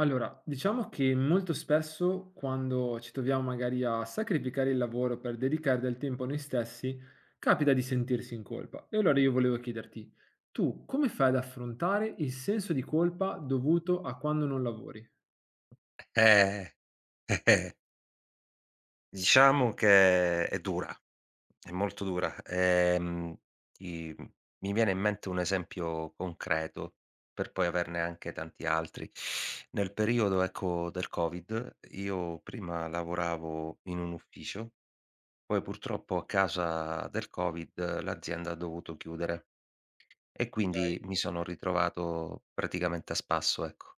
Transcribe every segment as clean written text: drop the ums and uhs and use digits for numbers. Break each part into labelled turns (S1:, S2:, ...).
S1: Allora, diciamo che molto spesso quando ci troviamo magari a sacrificare il lavoro per dedicare del tempo a noi stessi, capita di sentirsi in colpa. E allora io volevo chiederti, tu come fai ad affrontare il senso di colpa dovuto a quando non lavori?
S2: Eh, eh-eh. Diciamo che è dura, è molto dura. Ti mi viene in mente un esempio concreto, per poi averne anche tanti altri. Nel periodo, ecco, del Covid, io prima lavoravo in un ufficio, poi purtroppo a causa del Covid l'azienda ha dovuto chiudere e quindi mi sono ritrovato praticamente a spasso, ecco.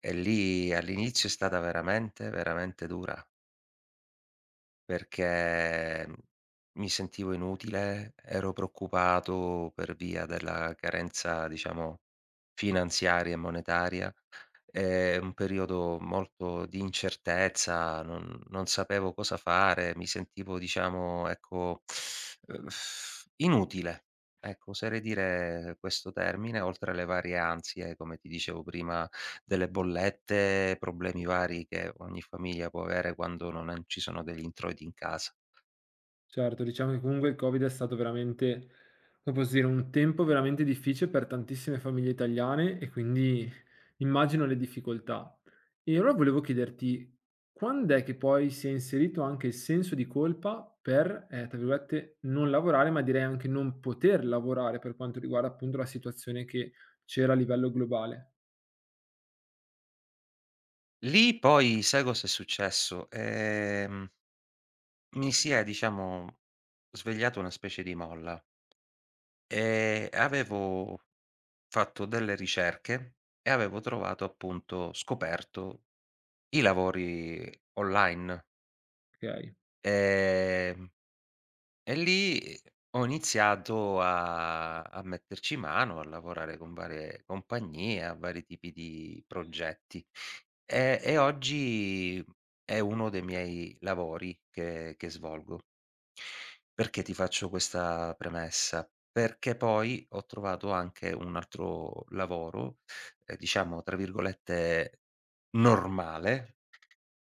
S2: E lì all'inizio è stata veramente, veramente dura. Perché, mi sentivo inutile, ero preoccupato per via della carenza, diciamo, finanziaria e monetaria. È un periodo molto di incertezza, non sapevo cosa fare, mi sentivo diciamo, ecco, uhm, inutile. Ecco, oserei dire questo termine, oltre alle varie ansie, come ti dicevo prima delle bollette, problemi vari che ogni famiglia può avere quando non ci sono degli introiti in casa.
S1: Certo, diciamo che comunque il Covid è stato veramente, come posso dire, un tempo veramente difficile per tantissime famiglie italiane e quindi immagino le difficoltà. E allora volevo chiederti, quando è che poi si è inserito anche il senso di colpa per, tra virgolette, non lavorare, ma direi anche non poter lavorare per quanto riguarda appunto la situazione che c'era a livello globale?
S2: Lì poi sai cos'è successo? Mi si è diciamo svegliato una specie di molla e avevo fatto delle ricerche e avevo trovato appunto scoperto i lavori online.
S1: Ok,
S2: Ehm E lì ho iniziato a metterci mano, a lavorare con varie compagnie, a vari tipi di progetti. E oggi è uno dei miei lavori che svolgo. Perché ti faccio questa premessa? Perché poi ho trovato anche un altro lavoro, diciamo tra virgolette "normale",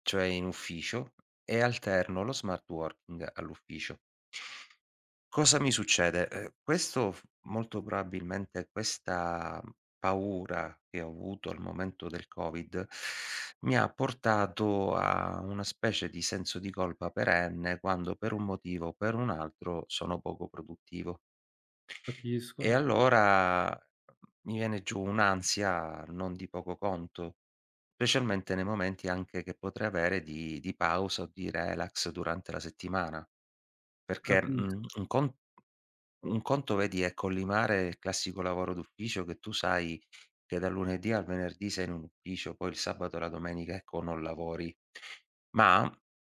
S2: cioè in ufficio, e alterno lo smart working all'ufficio. Cosa mi succede? Questo f molto probabilmente questa paura che ho avuto al momento del Covid, mi ha portato a una specie di senso di colpa perenne quando per un motivo o per un altro sono poco produttivo.
S1: capisco,
S2: E allora mi viene giù un'ansia non di poco conto, specialmente nei momenti anche che potrei avere di pausa o di relax durante la settimana. Perché,
S1: capisco.
S2: un conto vedi è collimare il classico lavoro d'ufficio che tu sai che dal lunedì al venerdì sei in un ufficio, poi il sabato e la domenica, ecco, non lavori. Ma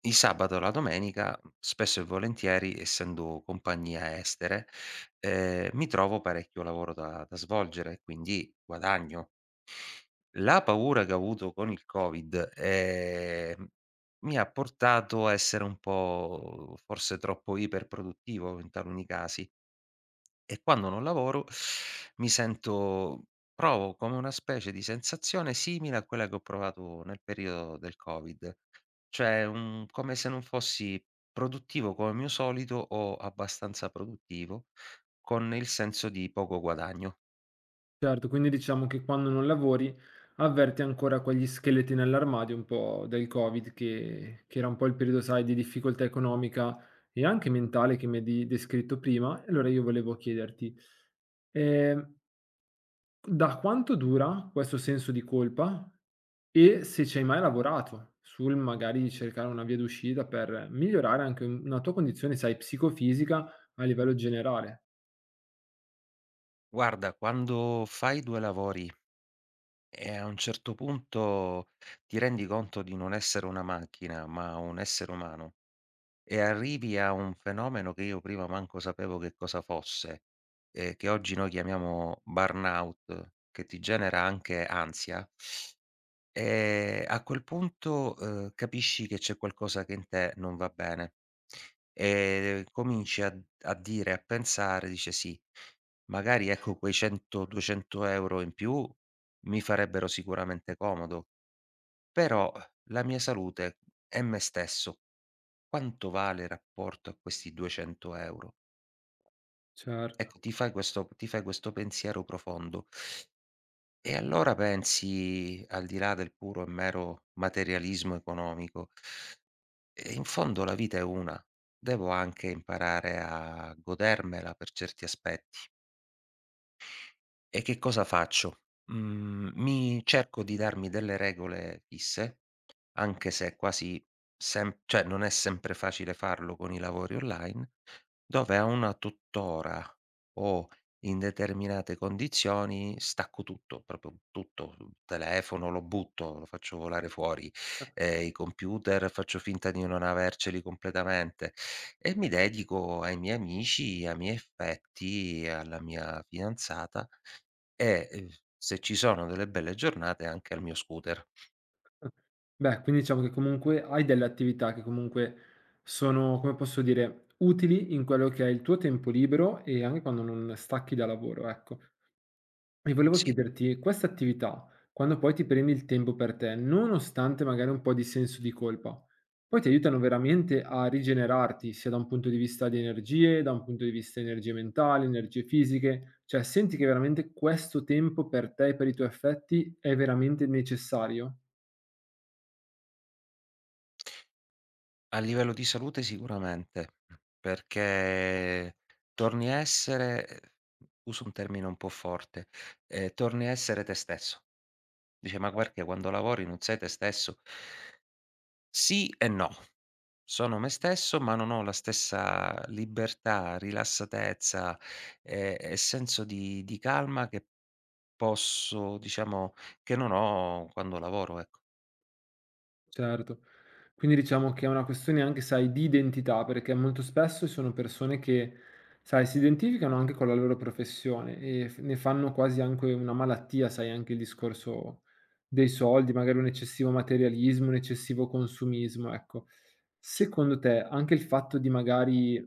S2: il sabato e la domenica, spesso e volentieri, essendo compagnia estere, mi trovo parecchio lavoro da svolgere e quindi guadagno. La paura che ho avuto con il Covid, mi ha portato a essere un po' forse troppo iperproduttivo in taluni casi. E quando non lavoro mi sento provo come una specie di sensazione simile a quella che ho provato nel periodo del Covid, cioè un come se non fossi produttivo come mio solito o abbastanza produttivo, con il senso di poco guadagno.
S1: Certo, quindi diciamo che quando non lavori avverti ancora quegli scheletri nell'armadio un po' del Covid che era un po' il periodo, sai, di difficoltà economica e anche mentale che mi hai di descritto prima. E allora io volevo chiederti, ehm, da quanto dura questo senso di colpa e se ci hai mai lavorato sul magari cercare una via d'uscita per migliorare anche una tua condizione, sai, psicofisica a livello generale?
S2: Guarda, quando fai due lavori e a un certo punto ti rendi conto di non essere una macchina, ma un essere umano. E arrivi a un fenomeno che io prima manco sapevo che cosa fosse, che oggi noi chiamiamo burnout, che ti genera anche ansia, a quel punto, capisci che c'è qualcosa che in te non va bene. E cominci a dire, a pensare, dice: "Sì, magari ecco quei 100, 200 € in più mi farebbero sicuramente comodo, però la mia salute e me stesso quanto vale il rapporto a questi 200 €?
S1: Certo.
S2: Ecco, ti fai questo pensiero profondo e allora pensi, al di là del puro e mero materialismo economico: "E in fondo la vita è una, devo anche imparare a godermela per certi aspetti." E che cosa faccio? Mi cerco di darmi delle regole fisse, anche se è quasi sem cioè non è sempre facile farlo con i lavori online, dove a una tutt'ora o in determinate condizioni stacco tutto, proprio tutto, il telefono lo butto, lo faccio volare fuori, i computer faccio finta di non averceli completamente e mi dedico ai miei amici, ai miei affetti, alla mia fidanzata. E, se ci sono delle belle giornate anche al mio scooter.
S1: Beh, quindi diciamo che comunque hai delle attività che comunque sono, come posso dire, utili in quello che è il tuo tempo libero e anche quando non stacchi da lavoro, ecco. E volevo
S2: Sì,
S1: chiederti, queste attività, quando poi ti prendi il tempo per te, nonostante magari un po' di senso di colpa, poi ti aiutano veramente a rigenerarti, sia da un punto di vista di energie, da un punto di vista di energie mentali, energie fisiche, cioè senti che veramente questo tempo per te e per i tuoi affetti è veramente necessario?
S2: a livello di salute sicuramente, perché torni a essere uso un termine un po' forte, torni a essere te stesso. Dice: "Ma perché quando lavori non sei te stesso?" Sì e no. Sono me stesso, ma non ho la stessa libertà, rilassatezza e senso di calma che posso diciamo, che non ho quando lavoro, ecco.
S1: Certo. Quindi diciamo che è una questione anche, sai, di identità, perché molto spesso ci sono persone che, sai, si identificano anche con la loro professione e ne fanno quasi anche una malattia, sai, anche il discorso dei soldi, magari un eccessivo materialismo, un eccessivo consumismo, ecco. Secondo te, anche il fatto di magari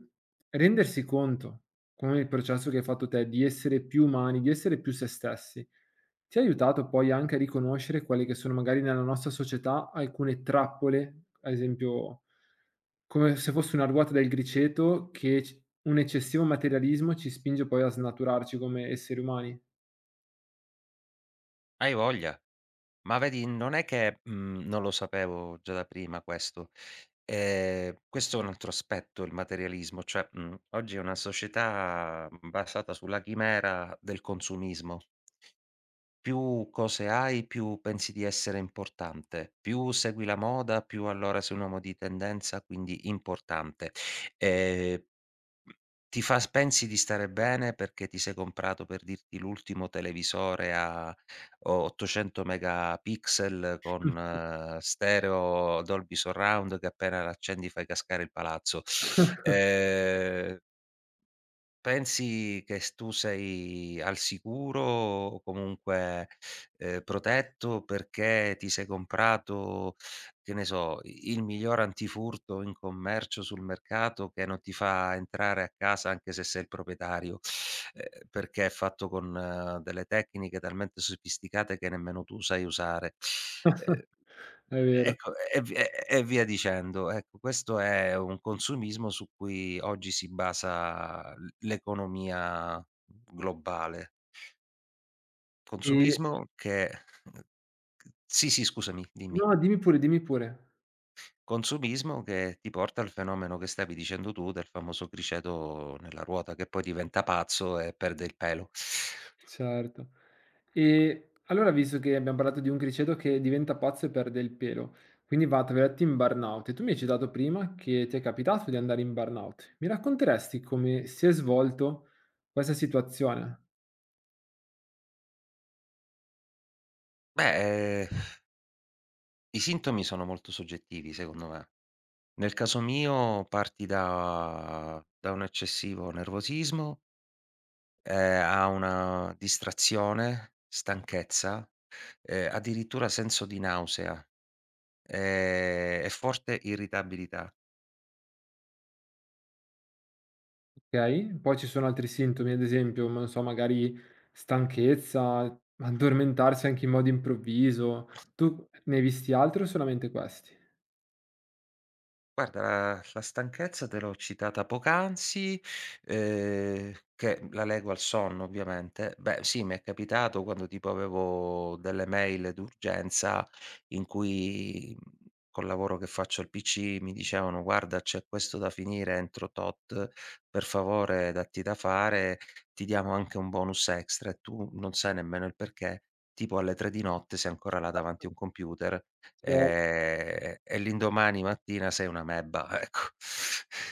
S1: rendersi conto, come il processo che hai fatto te, di essere più umani, di essere più se stessi, ti ha aiutato poi anche a riconoscere quelle che sono magari nella nostra società alcune trappole, ad esempio come se fosse una ruota del griceto che c un eccessivo materialismo ci spinge poi a snaturarci come esseri umani.
S2: Hai voglia? Ma vedi, non è che, non lo sapevo già da prima questo. Questo è un altro aspetto, il materialismo, cioè, oggi è una società, basata sulla chimera del consumismo. Più cose hai, più pensi di essere importante, più segui la moda, più allora sei un uomo di tendenza, quindi importante. Ehm ti fa s pensi di stare bene perché ti sei comprato, per dirti, l'ultimo televisore a 800 megapixel con stereo Dolby Surround che appena l'accendi fai cascare il palazzo. Ehm Pensi che s tu sei al sicuro o comunque, protetto perché ti sei comprato, che ne so, i il miglior antifurto in commercio sul mercato che non ti fa entrare a casa anche se sei il proprietario, perché è fatto con delle tecniche talmente sofisticate che nemmeno tu sai usare. Ehm
S1: È vero.
S2: Ecco, e vi e via dicendo. Ecco, questo è un consumismo su cui oggi si basa l'economia globale.
S1: E
S2: Consumismo che sì, sì, scusami, dimmi.
S1: no, dimmi pure, dimmi pure.
S2: Consumismo che ti porta al fenomeno che stavi dicendo tu del famoso criceto nella ruota che poi diventa pazzo e perde il pelo.
S1: Certo. E allora, visto che abbiamo parlato di un criceto che diventa pazzo e perde il pelo, quindi va, tra virgolette, in burnout, e tu mi hai citato prima che ti è capitato di andare in burnout. Mi racconteresti come si è svolto questa situazione?
S2: Beh, i sintomi sono molto soggettivi secondo me. Nel caso mio parti da un eccessivo nervosismo, a una distrazione, stanchezza, addirittura senso di nausea, e forte irritabilità.
S1: Okay? Poi ci sono altri sintomi, ad esempio, non so, magari stanchezza, addormentarsi anche in modo improvviso. Tu ne hai visti altri o solamente questi?
S2: Guarda, la stanchezza te l'ho citata poc'anzi, che la leggo al sonno ovviamente. Beh, sì, mi è capitato quando tipo avevo delle mail d'urgenza in cui, col lavoro che faccio al PC mi dicevano: "Guarda, c'è questo da finire entro tot, per favore datti da fare, ti diamo anche un bonus extra", e tu non sai nemmeno il perché, tipo alle 3 di notte sei ancora là davanti a un computer.
S1: Eh,
S2: E l'indomani mattina sei una mebba, ecco.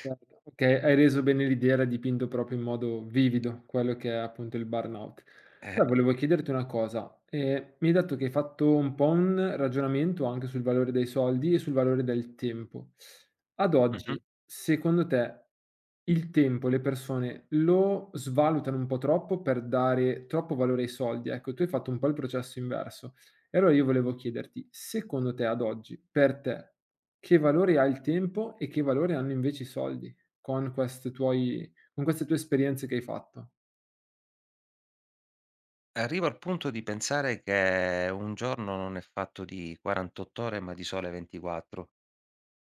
S1: Certo, okay, hai reso bene l'idea, era dipinto proprio in modo vivido quello che è appunto il burnout.
S2: Eh.
S1: Allora volevo chiederti una cosa, mi hai detto che hai fatto un po' un ragionamento anche sul valore dei soldi e sul valore del tempo. Ad
S2: Mh-mh.
S1: oggi, secondo te, il tempo le persone lo svalutano un po' troppo per dare troppo valore ai soldi? Ecco, tu hai fatto un po' il processo inverso. E allora io volevo chiederti, secondo te ad oggi, per te che valore ha il tempo e che valore hanno invece i soldi con queste tuoi con queste tue esperienze che hai fatto.
S2: Arrivo al punto di pensare che un giorno non è fatto di 48 ore, ma di sole 24.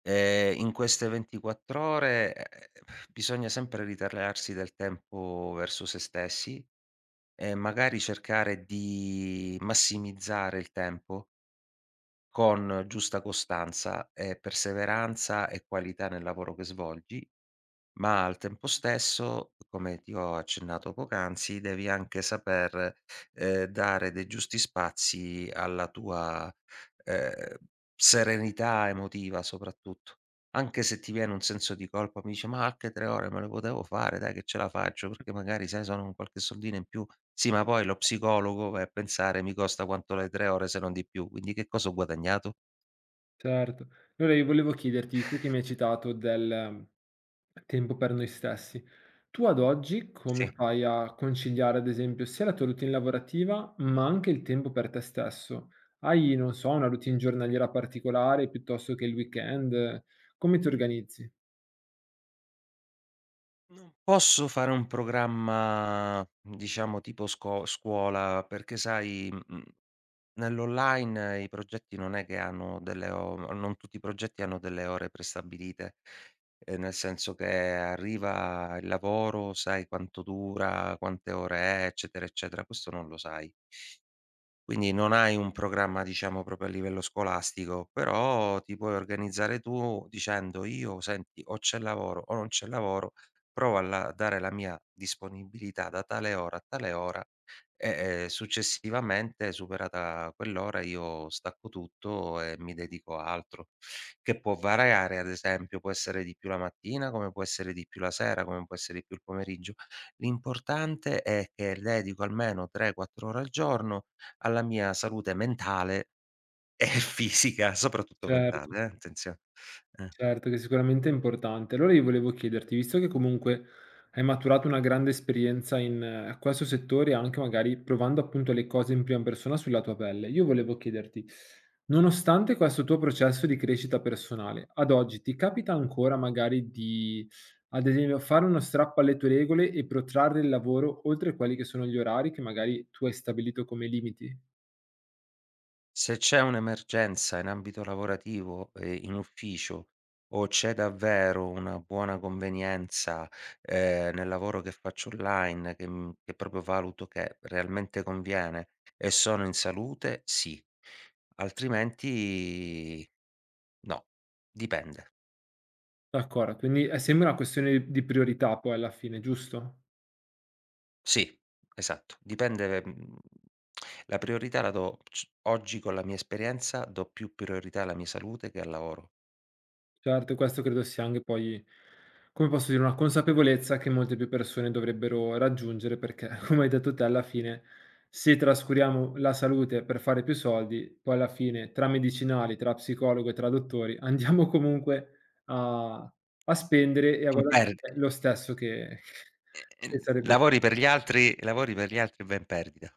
S2: In queste 24 ore, bisogna sempre ritagliarsi del tempo verso se stessi e magari cercare di massimizzare il tempo con giusta costanza e perseveranza e qualità nel lavoro che svolgi. Ma al tempo stesso, come ti ho accennato poc'anzi, devi anche saper, dare dei giusti spazi alla tua, ehm, serenità emotiva soprattutto. Anche se ti viene un senso di colpa, mi dici: "Ma anche 3 ore me le potevo fare, dai che ce la faccio", perché magari sai sono un qualche soldino in più. Sì, ma poi lo psicologo, vai a pensare, mi costa quanto le 3 ore se non di più, quindi che cosa ho guadagnato?
S1: Certo. Allora io volevo chiederti, tu che mi hai citato del tempo per noi stessi, tu ad oggi come
S2: Sì.
S1: fai a conciliare ad esempio sia la tua routine lavorativa, ma anche il tempo per te stesso? Hai, non so, una routine giornaliera particolare piuttosto che il weekend? Come ti organizzi?
S2: Non posso fare un programma, diciamo, tipo sco scuola, perché sai, nell'online i progetti non è che hanno delle o non tutti i progetti hanno delle ore prestabilite, nel senso che arriva il lavoro, sai quanto dura, quante ore è, eccetera, eccetera. Questo non lo sai. Quindi non hai un programma, diciamo, proprio a livello scolastico, però ti puoi organizzare tu dicendo: "Io senti, o c'è lavoro o non c'è lavoro, provo a la dare la mia disponibilità da tale ora a tale ora e, successivamente, superata quell'ora, io stacco tutto e mi dedico a altro." Che può variare, ad esempio, può essere di più la mattina, come può essere di più la sera, come può essere di più il pomeriggio. L'importante è che dedico almeno 3, 4 ore al giorno alla mia salute mentale e fisica, soprattutto
S1: Certo.
S2: mentale, attenzio eh.
S1: Certo, che sicuramente è importante. Allora io volevo chiederti, visto che comunque hai maturato una grande esperienza in questo settore, anche magari provando appunto le cose in prima persona sulla tua pelle, io volevo chiederti, nonostante questo tuo processo di crescita personale, ad oggi ti capita ancora magari di, ad esempio, fare uno strappo alle tue regole e protrarre il lavoro oltre quelli che sono gli orari che magari tu hai stabilito come limiti?
S2: Se c'è un'emergenza in ambito lavorativo e in ufficio o c'è davvero una buona convenienza, nel lavoro che faccio online che proprio valuto che realmente conviene e sono in salute, sì. Altrimenti no, dipende.
S1: D'accordo, quindi è sempre una questione di priorità poi alla fine, giusto?
S2: Sì, esatto. Dipende, la priorità la do c oggi con la mia esperienza do più priorità alla mia salute che al lavoro.
S1: Certo, questo credo sia anche poi, come posso dire, una consapevolezza che molte più persone dovrebbero raggiungere perché, come hai detto te, alla fine se trascuriamo la salute per fare più soldi, poi alla fine tra medicinali, tra psicologo e tra dottori andiamo comunque a spendere e a
S2: In
S1: guadagnare
S2: perdi
S1: lo stesso che
S2: e
S1: che sarebbe
S2: lavori per gli altri e vai in perdita.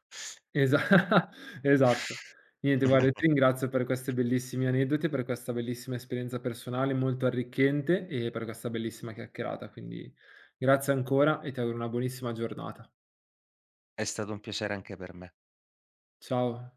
S1: Esa esatto. Niente. Guarda, io ti ringrazio per queste bellissimi aneddoti, per questa bellissima esperienza personale molto arricchente e per questa bellissima chiacchierata. Quindi grazie ancora e ti auguro una buonissima giornata.
S2: È stato un piacere anche per me.
S1: Ciao.